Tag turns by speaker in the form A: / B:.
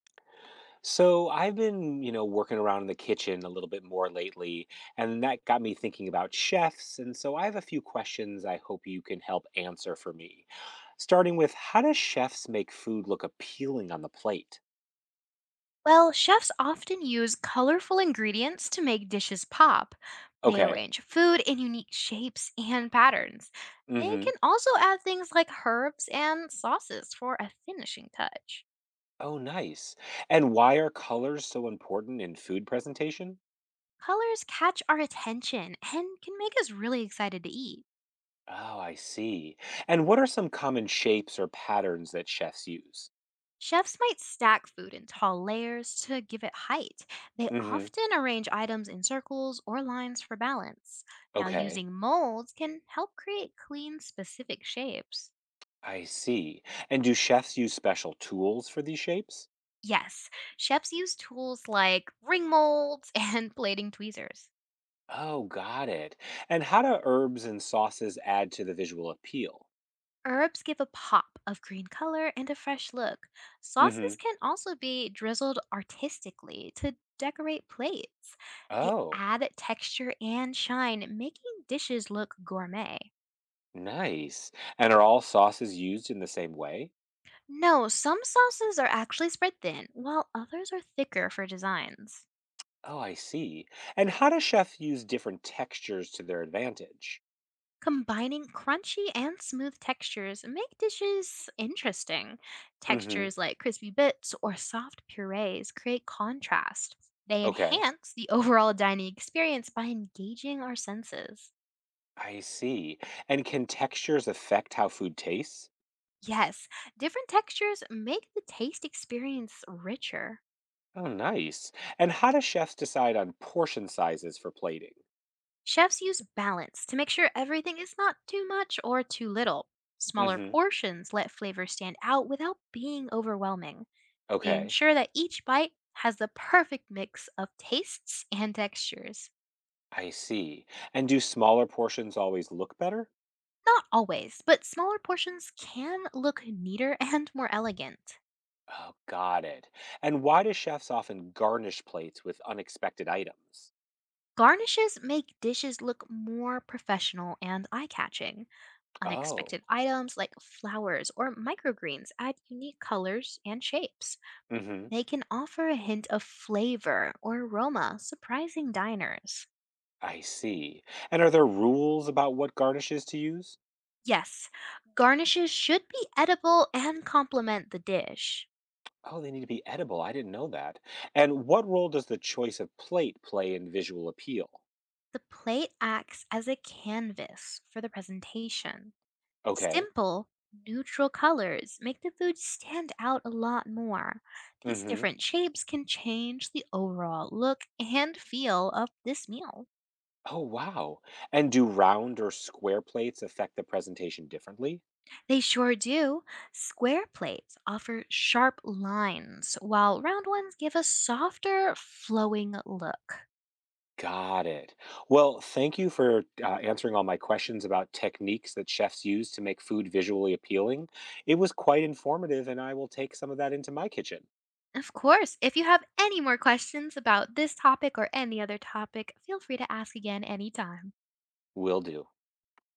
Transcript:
A: So I've been, working around in the kitchen a little bit more lately, and that got me thinking about chefs. And so I have a few questions I hope you can help answer for me. Starting with, how do chefs make food look appealing on the plate?
B: Well, chefs often use colorful ingredients to make dishes pop. They
A: Okay.
B: arrange food in unique shapes and patterns. They
A: Mm-hmm.
B: can also add things like herbs and sauces for a finishing touch.
A: Oh, nice. And why are colors so important in food presentation?
B: Colors catch our attention and can make us really excited to eat.
A: Oh, I see. And what are some common shapes or patterns that chefs use?
B: Chefs might stack food in tall layers to give it height. They
A: Mm-hmm.
B: often arrange items in circles or lines for balance. Now,
A: Okay.
B: using molds can help create clean, specific shapes.
A: I see. And do chefs use special tools for these shapes?
B: Yes, chefs use tools like ring molds and plating tweezers.
A: Oh, got it. And how do herbs and sauces add to the visual appeal?
B: Herbs give a pop of green color and a fresh look.
A: Hmm.
B: Sauces can also be drizzled artistically to decorate plates. They
A: Oh,
B: add texture and shine, making dishes look gourmet.
A: nice. And are all sauces used in the same way?
B: No, some sauces are actually spread thin, while others are thicker for designs.
A: Oh, I see. And how do chefs use different textures to their advantage?
B: Combining crunchy and smooth textures make dishes interesting.
A: Hmm.
B: Textures like crispy bits or soft purees create contrast. They
A: Okay,
B: enhance the overall dining experience by engaging our senses.
A: I see. And can textures affect how food tastes?
B: Yes, different textures make the taste experience richer.
A: Oh, nice. And how do chefs decide on portion sizes for plating?
B: Chefs use balance to make sure everything is not too much or too little. Smaller
A: Hmm.
B: portions let flavor stand out without being overwhelming. They
A: Okay,
B: ensure that each bite has the perfect mix of tastes and textures.
A: I see. And do smaller portions always look better?
B: Not always, but smaller portions can look neater and more elegant.
A: Oh, got it. And why do chefs often garnish plates with unexpected items?
B: Garnishes make dishes look more professional and eye catching.
A: Oh,
B: Unexpected items like flowers or microgreens add unique colors and shapes.
A: mm-hmm.
B: They can offer a hint of flavor or aroma, surprising diners.
A: I see. And are there rules about what garnishes to use?
B: Yes, garnishes should be edible and complement the dish.
A: Oh, they need to be edible. I didn't know that. And what role does the choice of plate play in visual appeal?
B: The plate acts as a canvas for the presentation.
A: Okay.
B: Simple, neutral colors make the food stand out a lot more. These
A: Mm-hmm.
B: different shapes can change the overall look and feel of this meal.
A: Oh, wow. And do round or square plates affect the presentation differently?
B: They sure do. Square plates offer sharp lines, while round ones give a softer, flowing look.
A: Got it. Well, thank you for answering all my questions about techniques that chefs use to make food visually appealing. It was quite informative, and I will take some of that into my kitchen.
B: Of course, if you have any more questions about this topic or any other topic, feel free to ask again anytime.
A: Will do.